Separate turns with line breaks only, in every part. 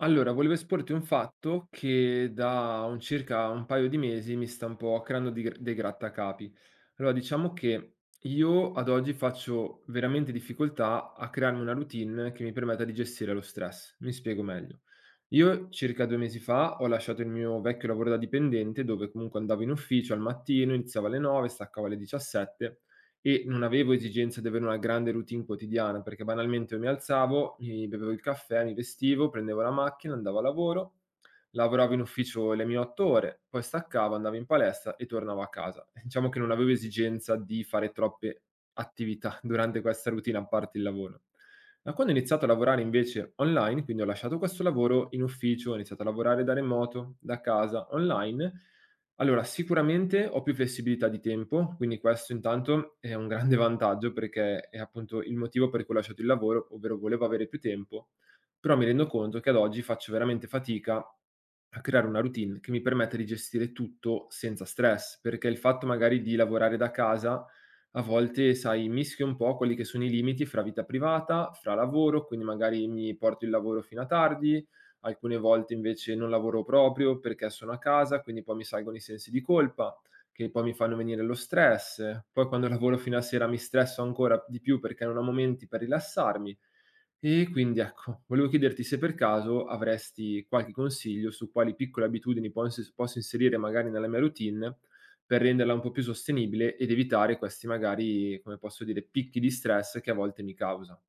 Allora, volevo esporti un fatto che da un circa un paio di mesi mi sta un po' creando dei grattacapi. Allora, diciamo che io ad oggi faccio veramente difficoltà a crearmi una routine che mi permetta di gestire lo stress. Mi spiego meglio. Io circa 2 mesi fa ho lasciato il mio vecchio lavoro da dipendente, dove comunque andavo in ufficio al mattino, iniziava alle 9, staccavo alle 17 e non avevo esigenza di avere una grande routine quotidiana, perché banalmente io mi alzavo, mi bevevo il caffè, mi vestivo, prendevo la macchina, andavo a lavoro, lavoravo in ufficio le mie 8 ore, poi staccavo, andavo in palestra e tornavo a casa. Diciamo che non avevo esigenza di fare troppe attività durante questa routine, a parte il lavoro. Da quando ho iniziato a lavorare invece online, quindi ho lasciato questo lavoro in ufficio, ho iniziato a lavorare da remoto, da casa, online allora, sicuramente ho più flessibilità di tempo, quindi questo intanto è un grande vantaggio perché è appunto il motivo per cui ho lasciato il lavoro, ovvero volevo avere più tempo, però mi rendo conto che ad oggi faccio veramente fatica a creare una routine che mi permetta di gestire tutto senza stress, perché il fatto magari di lavorare da casa a volte, sai, mischio un po' quelli che sono i limiti fra vita privata, fra lavoro, quindi magari mi porto il lavoro fino a tardi, alcune volte invece non lavoro proprio perché sono a casa, quindi poi mi salgono i sensi di colpa, che poi mi fanno venire lo stress. Poi quando lavoro fino a sera mi stresso ancora di più perché non ho momenti per rilassarmi. E quindi ecco, volevo chiederti se per caso avresti qualche consiglio su quali piccole abitudini posso inserire magari nella mia routine per renderla un po' più sostenibile ed evitare questi magari, come posso dire, picchi di stress che a volte mi causa.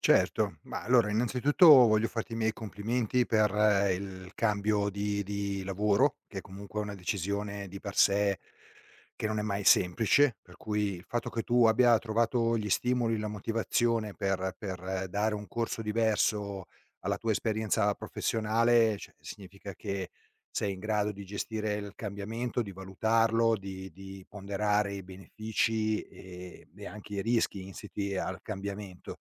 Certo, ma allora innanzitutto voglio farti i miei complimenti per il cambio di lavoro, che comunque è comunque una decisione di per sé che non è mai semplice, per cui il fatto che tu abbia trovato gli stimoli, la motivazione per dare un corso diverso alla tua esperienza professionale, cioè significa che sei in grado di gestire il cambiamento, di valutarlo, di ponderare i benefici e anche i rischi insiti al cambiamento.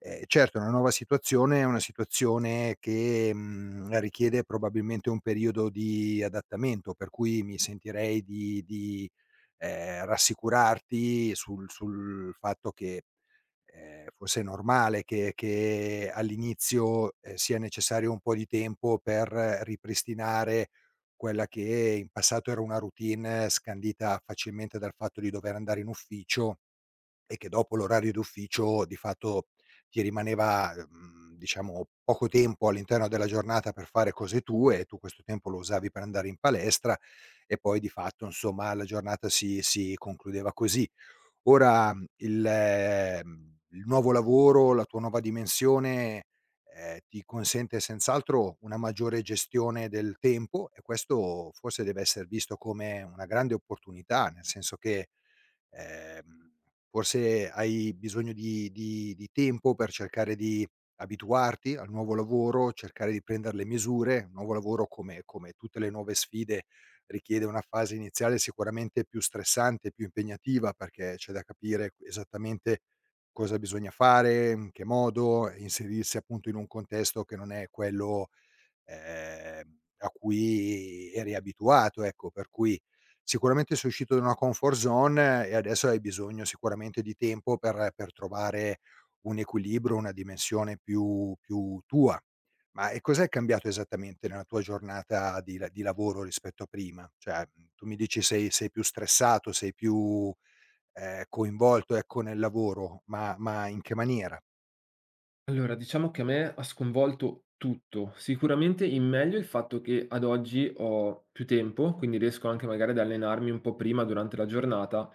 Certo è una nuova situazione, è una situazione che, richiede probabilmente un periodo di adattamento, per cui mi sentirei di rassicurarti sul fatto che forse è normale che all'inizio, sia necessario un po' di tempo per ripristinare quella che in passato era una routine scandita facilmente dal fatto di dover andare in ufficio e che dopo l'orario d'ufficio di fatto ti rimaneva, diciamo poco tempo all'interno della giornata per fare cose tue e tu questo tempo lo usavi per andare in palestra e poi di fatto insomma la giornata si concludeva così. Ora il nuovo lavoro, la tua nuova dimensione, ti consente senz'altro una maggiore gestione del tempo e questo forse deve esser visto come una grande opportunità, nel senso che Ehm, forse hai bisogno di tempo per cercare di abituarti al nuovo lavoro, cercare di prender le misure. Un nuovo lavoro, come tutte le nuove sfide, richiede una fase iniziale sicuramente più stressante, più impegnativa, perché c'è da capire esattamente cosa bisogna fare, in che modo, e inserirsi appunto in un contesto che non è quello a cui eri abituato, ecco. Per cui sicuramente sei uscito da una comfort zone e adesso hai bisogno sicuramente di tempo per trovare un equilibrio, una dimensione più tua. Ma e cos'è cambiato esattamente nella tua giornata di lavoro rispetto a prima? Cioè, tu mi dici sei più stressato, sei più, coinvolto, ecco, nel lavoro, ma in che maniera?
Allora, diciamo che a me ha sconvolto tutto. Sicuramente in meglio il fatto che ad oggi ho più tempo, quindi riesco anche magari ad allenarmi un po' prima durante la giornata,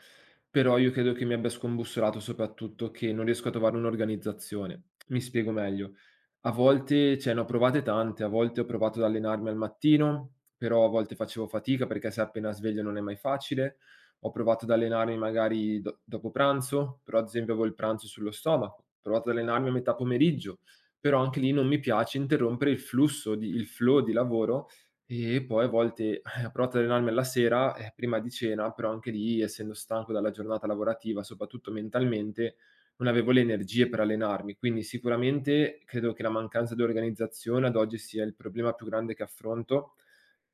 però io credo che mi abbia scombussolato soprattutto che non riesco a trovare un'organizzazione. Mi spiego meglio. A volte cioè ne ho provate tante, a volte ho provato ad allenarmi al mattino, però a volte facevo fatica perché sai appena sveglio non è mai facile. Ho provato ad allenarmi magari do dopo pranzo, però ad esempio avevo il pranzo sullo stomaco. Ho provato ad allenarmi a metà pomeriggio, però anche lì non mi piace interrompere il flow di lavoro e poi a volte ho provato ad allenarmi alla sera, prima di cena, però anche lì essendo stanco dalla giornata lavorativa, soprattutto mentalmente, non avevo le energie per allenarmi. Quindi sicuramente credo che la mancanza di organizzazione ad oggi sia il problema più grande che affronto,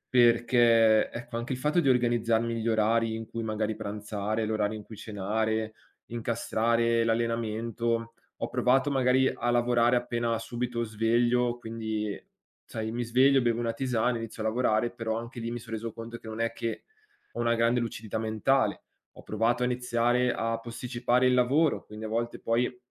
perché ecco, anche il fatto di organizzarmi gli orari in cui magari pranzare, l'orario in cui cenare, incastrare l'allenamento. Ho provato magari a lavorare appena subito sveglio, quindi sai, mi sveglio, bevo una tisana, inizio a lavorare, però anche lì mi sono reso conto che non è che ho una grande lucidità mentale. Ho provato a iniziare a posticipare il lavoro, quindi a volte poi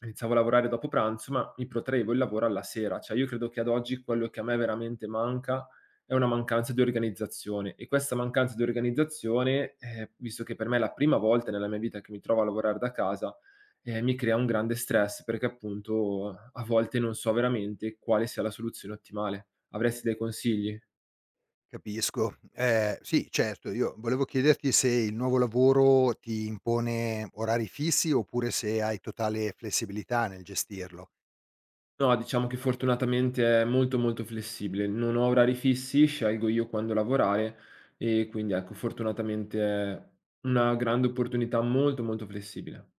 iniziavo a lavorare dopo pranzo, ma mi protraevo il lavoro alla sera. Cioè io credo che ad oggi quello che a me veramente manca è una mancanza di organizzazione e questa mancanza di organizzazione, visto che per me è la prima volta nella mia vita che mi trovo a lavorare da casa, mi crea un grande stress perché appunto a volte non so veramente quale sia la soluzione ottimale. Avresti dei consigli?
Capisco. Sì, certo, io volevo chiederti se il nuovo lavoro ti impone orari fissi, oppure se hai totale flessibilità nel gestirlo.
No, diciamo che fortunatamente è molto, molto flessibile. Non ho orari fissi, scelgo io quando lavorare e quindi ecco, fortunatamente è una grande opportunità molto, molto flessibile.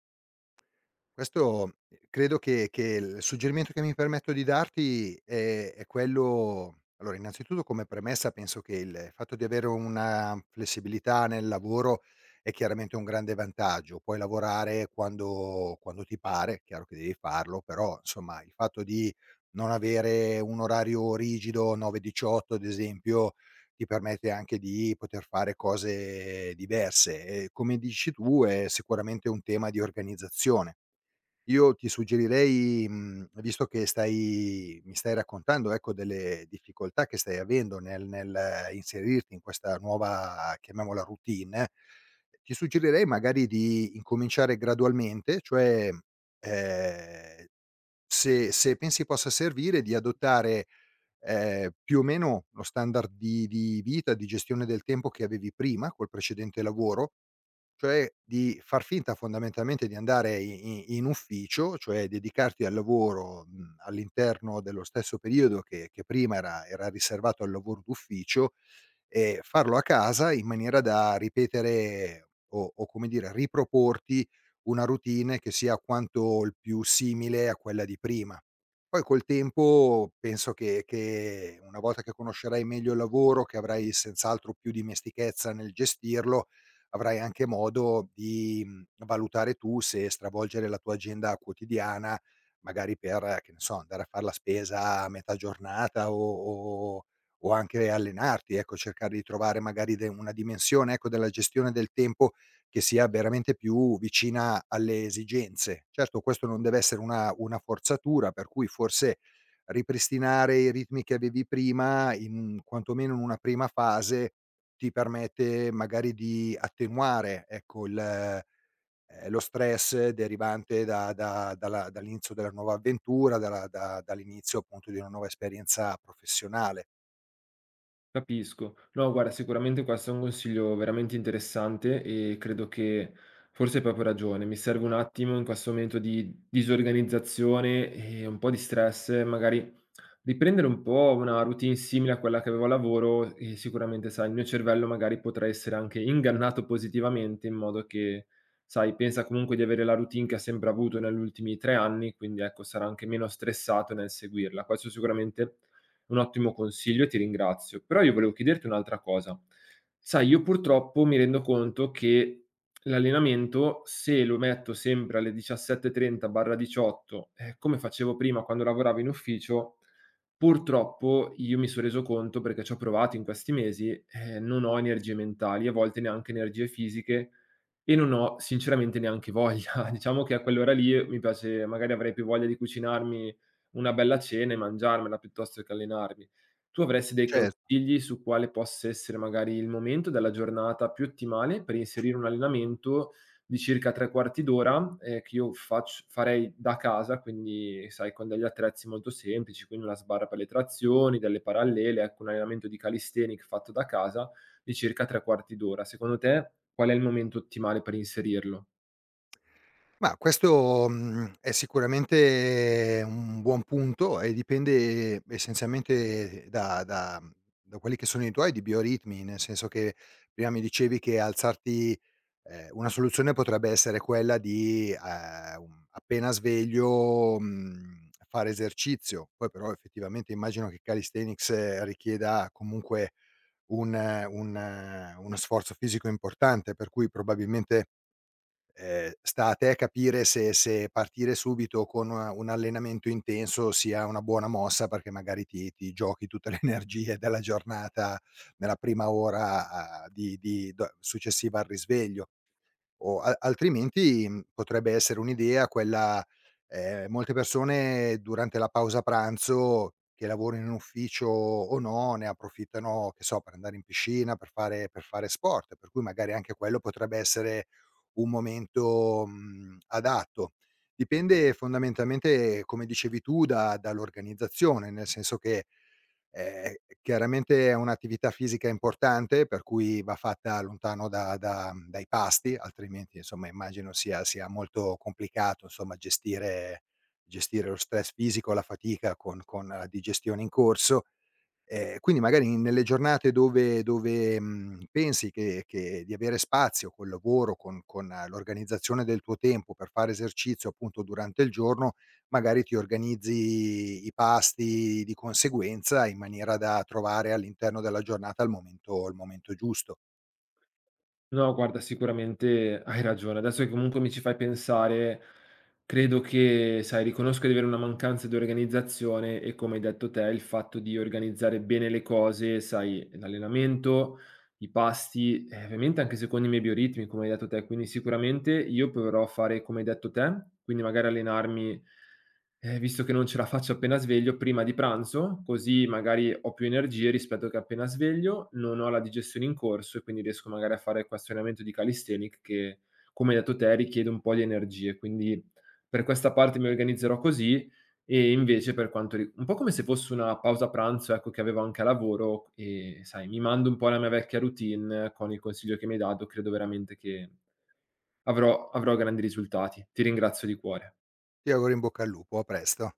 Questo credo che il suggerimento che mi permetto di darti è quello, allora innanzitutto come premessa penso che il fatto di avere una flessibilità nel lavoro è chiaramente un grande vantaggio. Puoi lavorare quando ti pare, è chiaro che devi farlo, però insomma il fatto di non avere un orario rigido 9-18 ad esempio, ti permette anche di poter fare cose diverse e come dici tu è sicuramente un tema di organizzazione. Io ti suggerirei, visto che stai mi stai raccontando, ecco, delle difficoltà che stai avendo nel inserirti in questa nuova, chiamiamola routine, ti suggerirei magari di incominciare gradualmente, cioè, ehm, se se pensi possa servire di adottare, più o meno lo standard di vita, di gestione del tempo che avevi prima col precedente lavoro, cioè di far finta fondamentalmente di andare i i in ufficio, cioè dedicarti al lavoro, all'interno dello stesso periodo che prima era riservato al lavoro d'ufficio, farlo a casa in maniera da ripetere o come dire riproporti una routine che sia quanto il più simile a quella di prima. Poi col tempo penso che una volta che conoscerai meglio il lavoro, che avrai senz'altro più dimestichezza nel gestirlo, avrai anche modo di, valutare tu se stravolgere la tua agenda quotidiana, magari per, che ne so, andare a far la spesa a metà giornata o anche allenarti, ecco, cercare di trovare magari de una dimensione, ecco, della gestione del tempo che sia veramente più vicina alle esigenze. Certo questo non deve essere una forzatura, per cui forse ripristinare i ritmi che avevi prima in quantomeno in una prima fase, ti permette magari di attenuare, ecco, il lo stress derivante da da dalla dall'inizio della nuova avventura, dalla da dall'inizio appunto di una nuova esperienza professionale.
Capisco. No, guarda, sicuramente questo è un consiglio veramente interessante e credo che forse hai proprio ragione. Mi serve un attimo in questo momento di disorganizzazione e un po' di stress, magari riprendere un po' una routine simile a quella che avevo a lavoro e sicuramente, sai, il mio cervello magari potrà essere anche ingannato positivamente in modo che, sai, pensa comunque di avere la routine che ha sempre avuto negli ultimi 3 anni, quindi ecco sarà anche meno stressato nel seguirla. Questo sicuramente è un ottimo consiglio e ti ringrazio. Però io volevo chiederti un'altra cosa. Sai, io purtroppo mi rendo conto che l'allenamento se lo metto sempre alle 17:30/18, come facevo prima quando lavoravo in ufficio, purtroppo io mi son reso conto, perché ci ho provato in questi mesi, non ho energie mentali, a volte neanche energie fisiche e non ho sinceramente neanche voglia. Diciamo che a quell'ora lì mi piace magari avrei più voglia di cucinarmi una bella cena e mangiarmela piuttosto che allenarmi. Tu avresti dei
Cioè,
consigli su quale possa essere magari il momento della giornata più ottimale per inserire un allenamento di circa 3/4 d'ora che io farei da casa, quindi sai, con degli attrezzi molto semplici, quindi una sbarra per le trazioni, delle parallele, ecco, un allenamento di calisthenic fatto da casa di circa 3/4 d'ora. Secondo te qual è il momento ottimale per inserirlo?
ma questo, è sicuramente un buon punto e dipende essenzialmente da quelli che sono i tuoi di bioritmi, nel senso che prima mi dicevi che alzarti, una soluzione potrebbe essere quella di, appena sveglio, fare esercizio. Poi però effettivamente immagino che calisthenics richieda comunque un uno sforzo fisico importante, per cui probabilmente sta a te capire se partire subito con un allenamento intenso sia una buona mossa, perché magari ti giochi tutte le energie della giornata nella prima ora a di do successiva al risveglio. O a Altrimenti, potrebbe essere un'idea quella, molte persone durante la pausa pranzo, che lavorino in ufficio o no, ne approfittano, che so, per andare in piscina, per fare sport, per cui magari anche quello potrebbe essere un momento, adatto. Dipende fondamentalmente, come dicevi tu, da dall'organizzazione, nel senso che Ehm, chiaramente è un'attività fisica importante, per cui va fatta lontano da dai pasti, altrimenti insomma immagino sia molto complicato insomma gestire lo stress fisico, la fatica con la digestione in corso. Quindi magari nelle giornate dove pensi che di avere spazio col lavoro, con l'organizzazione del tuo tempo per fare esercizio appunto durante il giorno, magari ti organizzi i pasti di conseguenza in maniera da trovare all'interno della giornata il momento giusto.
No, guarda, sicuramente hai ragione. Adesso che comunque mi ci fai pensare, credo che, sai, riconosco di avere una mancanza di organizzazione e come hai detto te, il fatto di organizzare bene le cose, sai, l'allenamento, i pasti, ovviamente anche secondo i miei bioritmi, come hai detto te, quindi sicuramente io proverò a fare come hai detto te, quindi magari allenarmi. Visto che non ce la faccio appena sveglio, prima di pranzo, così magari ho più energie rispetto che appena sveglio, non ho la digestione in corso e quindi riesco magari a fare questo allenamento di calisthenic che, come hai detto te, richiede un po' di energie. Quindi per questa parte mi organizzerò così e invece per quanto un po' come se fosse una pausa pranzo, ecco, che avevo anche a lavoro e sai, mi mando un po' alla mia vecchia routine con il consiglio che mi hai dato, credo veramente che avrò grandi risultati. Ti ringrazio di cuore.
Ti auguro in bocca al lupo, a presto.